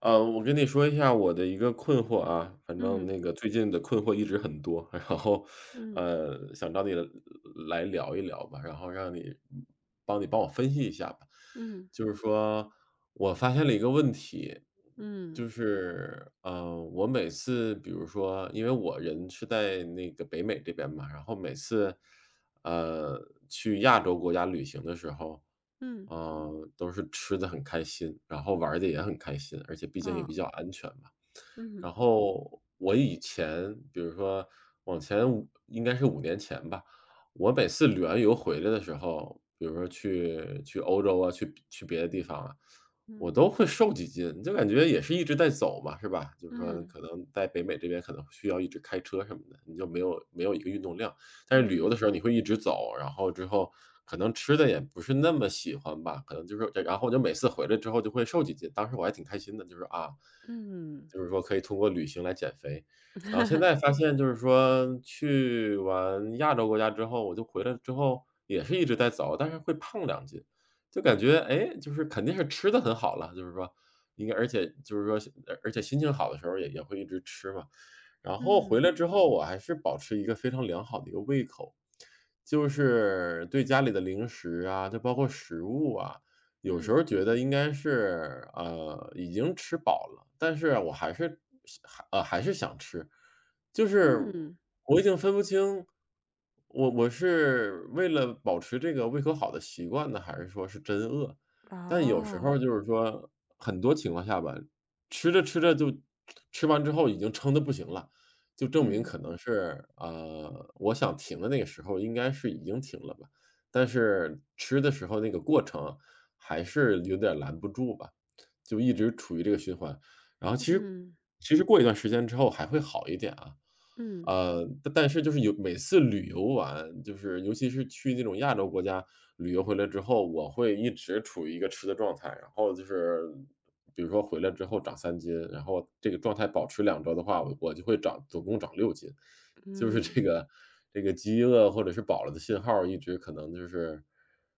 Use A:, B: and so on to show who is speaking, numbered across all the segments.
A: 我跟你说一下我的一个困惑啊，反正
B: 嗯
A: 那个最近的困惑一直很多，然后，
B: 嗯
A: 呃，想找你来聊一聊吧，然后让你帮我分析一下吧。
B: 嗯
A: 就是说我发现了一个问题，
B: 嗯
A: 就是,我每次比如说，因为我人是在那个北美这边嘛，然后每次呃，去亚洲国家旅行的时候，
B: 嗯，
A: 呃，都是吃的很开心，然后玩的也很开心，而且毕竟也
B: 哦，
A: 比较安全嘛。
B: 嗯
A: 然后我以前比如说往前五应该是五年前吧，我每次旅完游回来的时候，比如说去欧洲啊，去别的地方啊，我
B: 嗯
A: 都会瘦几斤，就感觉也是一直在走嘛，是吧？就是说
B: 嗯
A: 可能在北美这边可能需要一直开车什么的，你就没有一个运动量。但是旅游的
B: 嗯
A: 时候你会一直走，然后之后可能吃的也不是那么喜欢吧，可能就是然后我就每次回来之后就会瘦几斤，当时我还挺开心的，就是啊，
B: 嗯，
A: 就是说可以通过旅行来减肥。然后现在 发现就是说去完亚洲国家之后，我就回来之后也是一直在走，但是会胖两斤，就感觉，哎，就是肯定是吃的很好了，就是说应该而且就是说而且心情好的时候也会一直吃嘛，然后回
B: 嗯
A: 来之后，我还是保持一个非常良好的一个胃口，就是对家里的零食啊，就包括食物啊，有时
B: 嗯
A: 候觉得应该是，呃，已经吃饱了，但是我还是想吃。就是
B: 嗯，
A: 我已经分不清，我是为了保持这个胃口好的习惯呢，还是说是真饿。但有时
B: 哦，
A: 候就是说，很多情况下吧，吃着吃着就吃完之后已经撑的不行了。就证明
B: 嗯
A: 可能是，呃，我想停的那个时候应该是已经停了吧，但是吃的时候那个过程还是有点儿拦不住吧，就一直处于这个循环。然后其实
B: 嗯
A: 其实过一段时间之后还会好一点啊，
B: 嗯
A: 但是就是有每次旅游完，就是尤其是去那种亚洲国家旅游回来之后，我会一直处于一个吃的状态，然后就是比如说回来之后长三斤，然后这个状态保持两周的话，我就会长总共长六斤。就是
B: 嗯。
A: 这个饥饿或者是饱了的信号，一直可能就是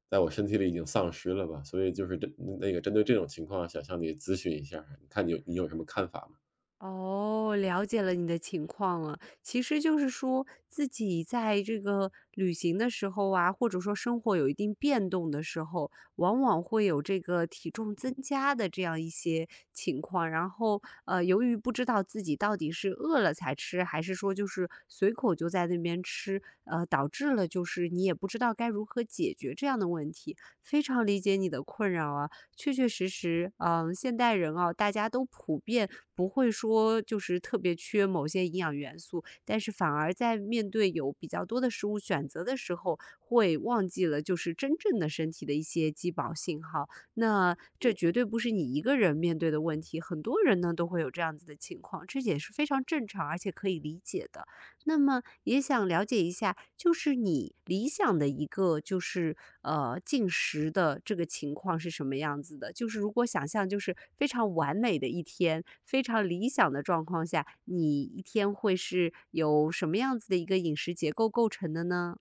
A: 在我身体里已经丧失了吧。所以就是针那个针对这种情况，想向你咨询一下儿，你看你有什么看法吗？
B: 哦，了解了你的情况了。其实就是说，自己在这个旅行的时候啊，或者说生活有一定变动的时候，往往会有这个体重增加的这样一些情况。然后，由于不知道自己到底是饿了才吃，还是说就是随口就在那边吃，导致了就是你也不知道该如何解决这样的问题。非常理解你的困扰啊，确确实实，现代人啊，大家都普遍。不会说就是特别缺某些营养元素，但是反而在面对有比较多的食物选择的时候，会忘记了就是真正的身体的一些饥饱信号。那这绝对不是你一个人面对的问题，很多人呢都会有这样子的情况，这也是非常正常而且可以理解的。那么也想了解一下，就是你理想的一个就是进食的这个情况是什么样子的？就是如果想象就是非常完美的一天，非常理想的状况下，你一天会是由什么样子的一个饮食结构构成的呢？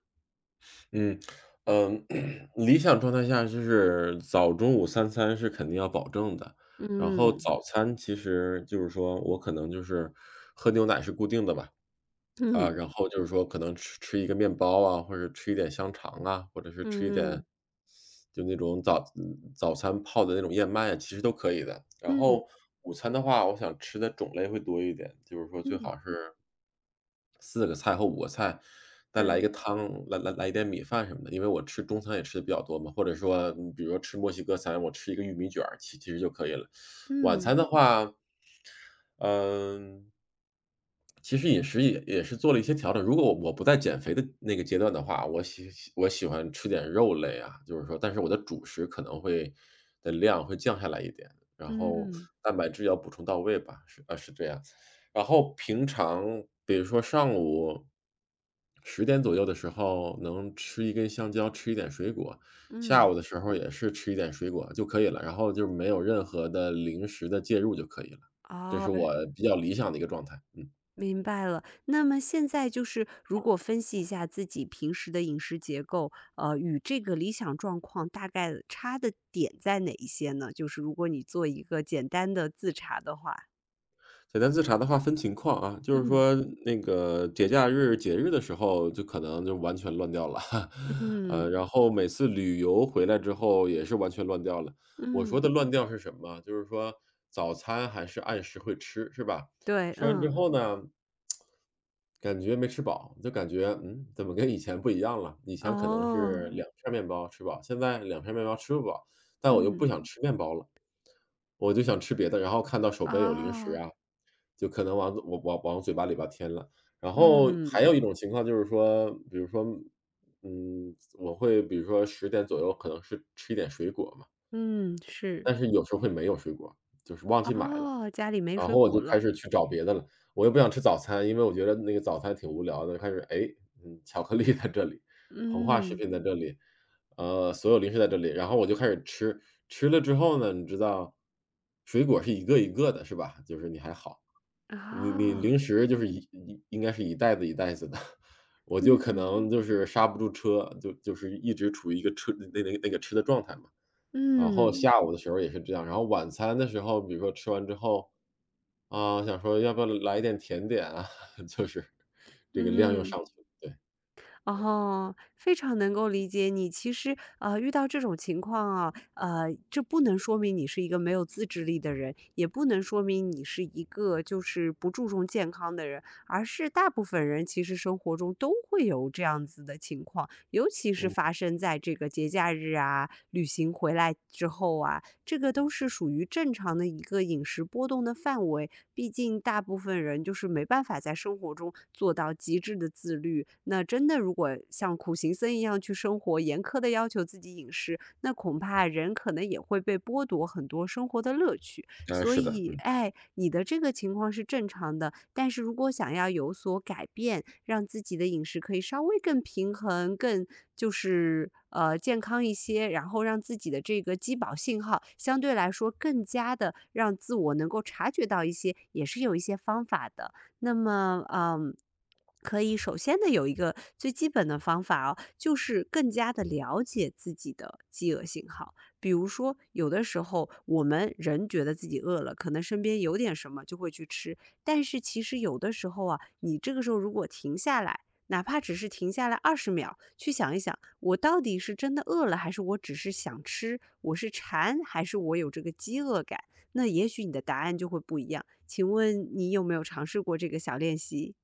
A: 嗯。嗯，理想状态下就是早中午三餐是肯定要保证的，然后
B: 嗯
A: 早餐其实就是说我可能就是喝牛奶是固定的吧，啊，
B: 嗯
A: 然后就是说可能吃一个面包啊，或者吃一点香肠啊，或者是吃一点
B: 嗯，
A: 就那种早餐泡的那种燕麦啊，其实都可以的。然
B: 嗯嗯
A: 后午餐的话，我想吃的种类会多一点，就是说最
B: 嗯，
A: 好是四个菜或五个菜，再来一个
B: 对，
A: 汤，来一点米饭什么的。因为我吃中餐也吃的比较多嘛，或者说嗯，比如说吃墨西哥餐，我吃一个玉米卷儿其实就可以了。晚
B: 嗯
A: 餐的话，嗯，其实饮食也是做了一些调整。如果我不在减肥的那个阶段的话，我喜欢吃点肉类啊，就是说，但是我的主食可能会的量会降下来一点，然后
B: 嗯
A: 蛋白质要补充到位吧，是啊，是这样。然后平常比如说上午十点左右的时候能吃一根香蕉，吃一点水果，下
B: 嗯，
A: 午的时候也是吃一点水果就可以了，然后就没有任何的零食的介入就可以了，这
B: 啊。
A: 是我比较理想的一个状态。嗯。
B: 明白了，那么现在就是如果分析一下自己平时的饮食结构，与这个理想状况大概差的点在哪一些呢？就是如果你做一个简单的自查的话，
A: 简单自查的话分情况啊，就是
B: 嗯
A: 说那个节假日、节日的时候，就可能就完全乱掉了，呃，
B: 嗯
A: 然后每次旅游回来之后也是完全乱掉了。我说
B: 嗯，
A: 的乱掉是什么啊？就是说早餐还是按时会吃，是吧？
B: 对，
A: 吃完
B: 嗯，
A: 之后呢感觉没吃饱，就感觉，嗯，怎么跟以前不一样了？以前可能
B: 哦，
A: 是嗯两片面包吃饱，现在两片面包吃不饱，但我又不
B: 嗯
A: 想嗯吃面包了，我就想吃别的，然后看到手边有零食
B: 啊，
A: 啊，就可能往往嘴巴里边添了。然后还
B: 嗯
A: 有一种情况就是说，比如说，嗯，我会比如说十点左右可能是吃一点水果嘛，
B: 嗯，是，
A: 但是有时候会没有水果，就是忘记买了。
B: 哦，家里没
A: 然
B: 水
A: 后我就
B: 果了，
A: 开始去找别的了，我又不想吃早餐，因为我觉得那个早餐挺无聊的，开始，哎，嗯，巧克力在这里，膨化食
B: 嗯
A: 品在这里，呃，所有零食在这里，然后我就开始吃，吃了之后呢，你知道，水果是一个一个的，是吧？就是你还好，你你
B: 啊，
A: 零食就是一应该是一袋子一袋子的，我就可
B: 嗯
A: 能就是刹不住车，就是一直处于一个车那那那个吃的状态嘛。然后嗯
B: 嗯
A: 下午的时候也是这样，然后晚餐的时候，比如说吃完之后，啊，想说要不要来一点甜点啊，就是这个量又
B: 嗯。
A: 上去了，对，
B: 哦，非常能够理解你。其实，遇到这种情况啊，这不能说明你是一个没有自制力的人，也不能说明你是一个就是不注重健康的人，而是大部分人其实生活中都会有这样子的情况，尤其是
A: 嗯，
B: 发生在这个节假日啊、旅行回来之后啊，这个都是属于正常的一个饮食波动的范围。毕竟大部分人就是没办法在生活中做到极致的自律。那真的如果像苦行僧一样去生活，严苛的要求自己饮食，那恐怕人可能也会被剥夺很多生活的乐趣。
A: 哎，
B: 所
A: 是的，
B: 以，
A: 嗯，
B: 哎，你的这个情况是正常的，但是如果想要有所改变，让自己的饮食可以稍微更平衡、更就是健康一些，然后让自己的这个饥饱信号相对来说更加的让自我能够察觉到一些，也是有一些方法的。那么，嗯。可以首先的有一个最基本的方法哦，就是更加的了解自己的饥饿信号。比如说，有的时候我们人觉得自己饿了，可能身边有点什么就会去吃，但是其实有的时候啊，你这个时候如果停下来，哪怕只是停下来20秒，去想一想，我到底是真的饿了，还是我只是想吃？我是馋，还是我有这个饥饿感？那也许你的答案就会不一样。请问你有没有尝试过这个小练习？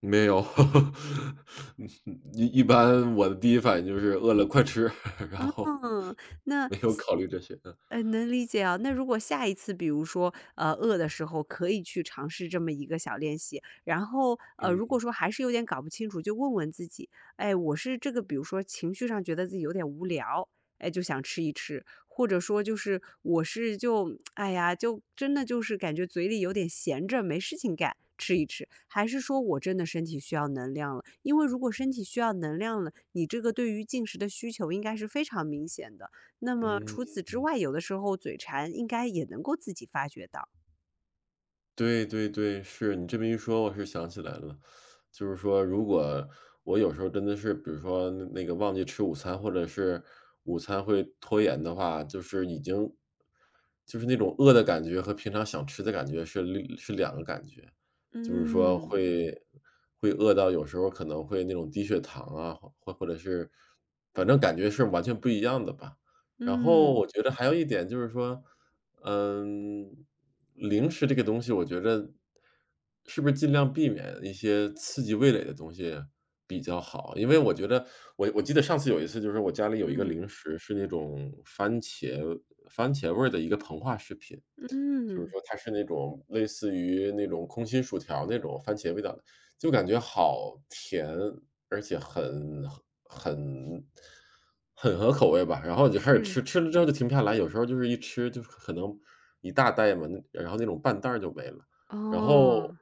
A: 没有，嗯，一般我的第一反应就是饿了快吃，然后
B: 嗯，那
A: 没有
B: 下
A: 考虑这些，
B: 能理解啊。那如果下一次，比如说，饿的时候可以去尝试这么一个小练习，然后，如果
A: 嗯，
B: 说还是有点搞不清楚，就问问自己，哎，我是这个，比如说情绪上觉得自己有点无聊，哎，就想吃一吃，或者说就是我是就哎呀，就真的就是感觉嘴里有点闲着，没事情干，吃一吃，还是说我真的身体需要能量了？因为如果身体需要能量了，你这个对于进食的需求应该是非常明显的。那么除
A: 嗯。
B: 此之外，有的时候嘴馋应该也能够自己发觉到。
A: 对对对，是，你这么一说，我是想起来了。就是说，如果我有时候真的是，比如说那个忘记吃午餐，或者是午餐会拖延的话，就是已经就是那种饿的感觉和平常想吃的感觉是是两个感觉。就是说
B: 嗯
A: 会饿到有时候可能会那种低血糖啊，或者是反正感觉是完全不一样的吧。然后我
B: 嗯
A: 觉得还有一点就是说，嗯，零食这个东西，我觉着是不是尽量避免一些刺激味蕾的东西比较好？因为我觉得我记得上次有一次，就是我家里有一个
B: 嗯
A: 零食是那种番茄味儿的一个膨化食品。就是
B: 嗯，
A: 说它是那种类似于那种空心薯条那种番茄味道的，就感觉好甜，而且很很合口味吧。然后我就开始
B: 是，
A: 吃，吃了之后就停不下来，有时候就是一吃就是可能一大袋嘛，那然后那种半袋儿就没了，然后
B: 哦，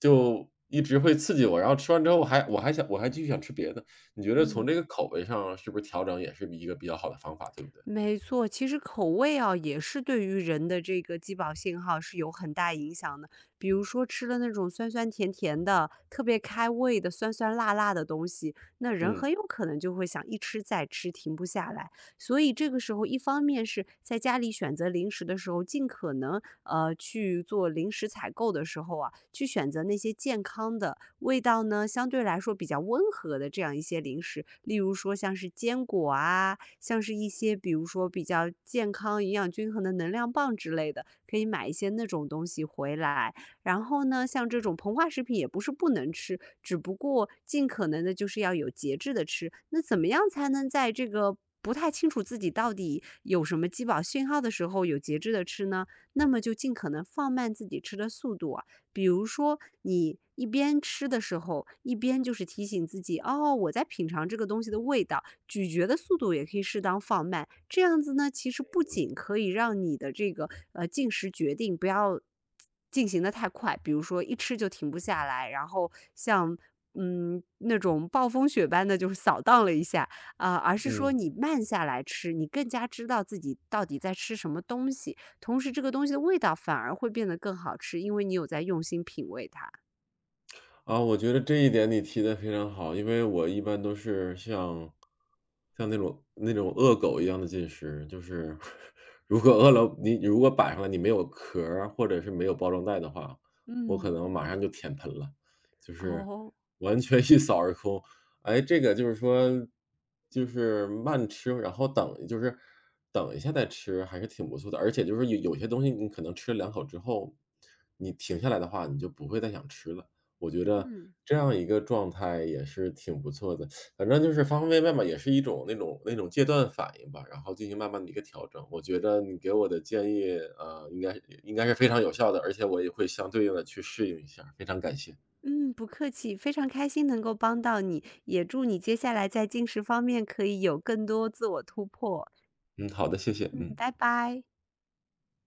A: 就一直会刺激我，然后吃完之后我还继续想吃别的，你觉得从
B: 嗯。
A: 这个口味上是不是调整也是一个比较好的方法，对不对？
B: 没错，其实口味啊，也是对于人的这个饥饱信号是有很大影响的。比如说吃了那种酸酸甜甜的、特别开胃的、酸酸辣辣的东西，那人
A: 嗯
B: 很有可能就会想一吃再吃，停不下来。所以这个时候，一方面是在家里选择零食的时候，尽可能去做零食采购的时候啊，去选择那些健康的、味道呢相对来说比较温和的这样一些零食，例如说像是坚果啊。像是一些比如说比较健康、营养均衡的能量棒之类的，可以买一些那种东西回来。然后呢，像这种膨化食品也不是不能吃，只不过尽可能的就是要有节制的吃。那怎么样才能在这个不太清楚自己到底有什么饥饱讯号的时候有节制的吃呢？那么就尽可能放慢自己吃的速度啊。比如说，你一边吃的时候，一边就是提醒自己，哦，我在品尝这个东西的味道，咀嚼的速度也可以适当放慢，这样子呢，其实不仅可以让你的这个进食决定不要进行的太快，比如说一吃就停不下来，然后像那种暴风雪般的就是扫荡了一下啊、而是说
A: 嗯。
B: 你慢下来吃，你更加知道自己到底在吃什么东西，同时这个东西的味道反而会变得更好吃，因为你有在用心品味它。
A: 啊，我觉得这一点你提的非常好，因为我一般都是像那种恶狗一样的进食，就是 如果饿了，你如果摆上来你没有壳儿啊或者是没有包装袋的话，我可
B: 嗯
A: 能马上就舔盆了，就是
B: 哦，
A: 完全 一扫而空。哎，这个就是说就是慢吃，然后等就是等一下再吃还是挺不错的，而且就是有些东西你可能吃了两口之后，你停下来的话，你就不会再想吃了。我觉得
B: 嗯。
A: 这样一个状态也是挺不错的，反正就是方方面面吧，也是一种那种戒断反应吧，然后进行慢慢的一个调整。我觉得你给我的建议，呃，应该是非常有效的，而且我也会相对应的去适应一下，非常感谢。
B: 嗯，不客气，非常开心能够帮到你，也祝你接下来在进食方面可以有更多自我突破。
A: 嗯，好的，谢谢，
B: 嗯，
A: 嗯。
B: 拜拜。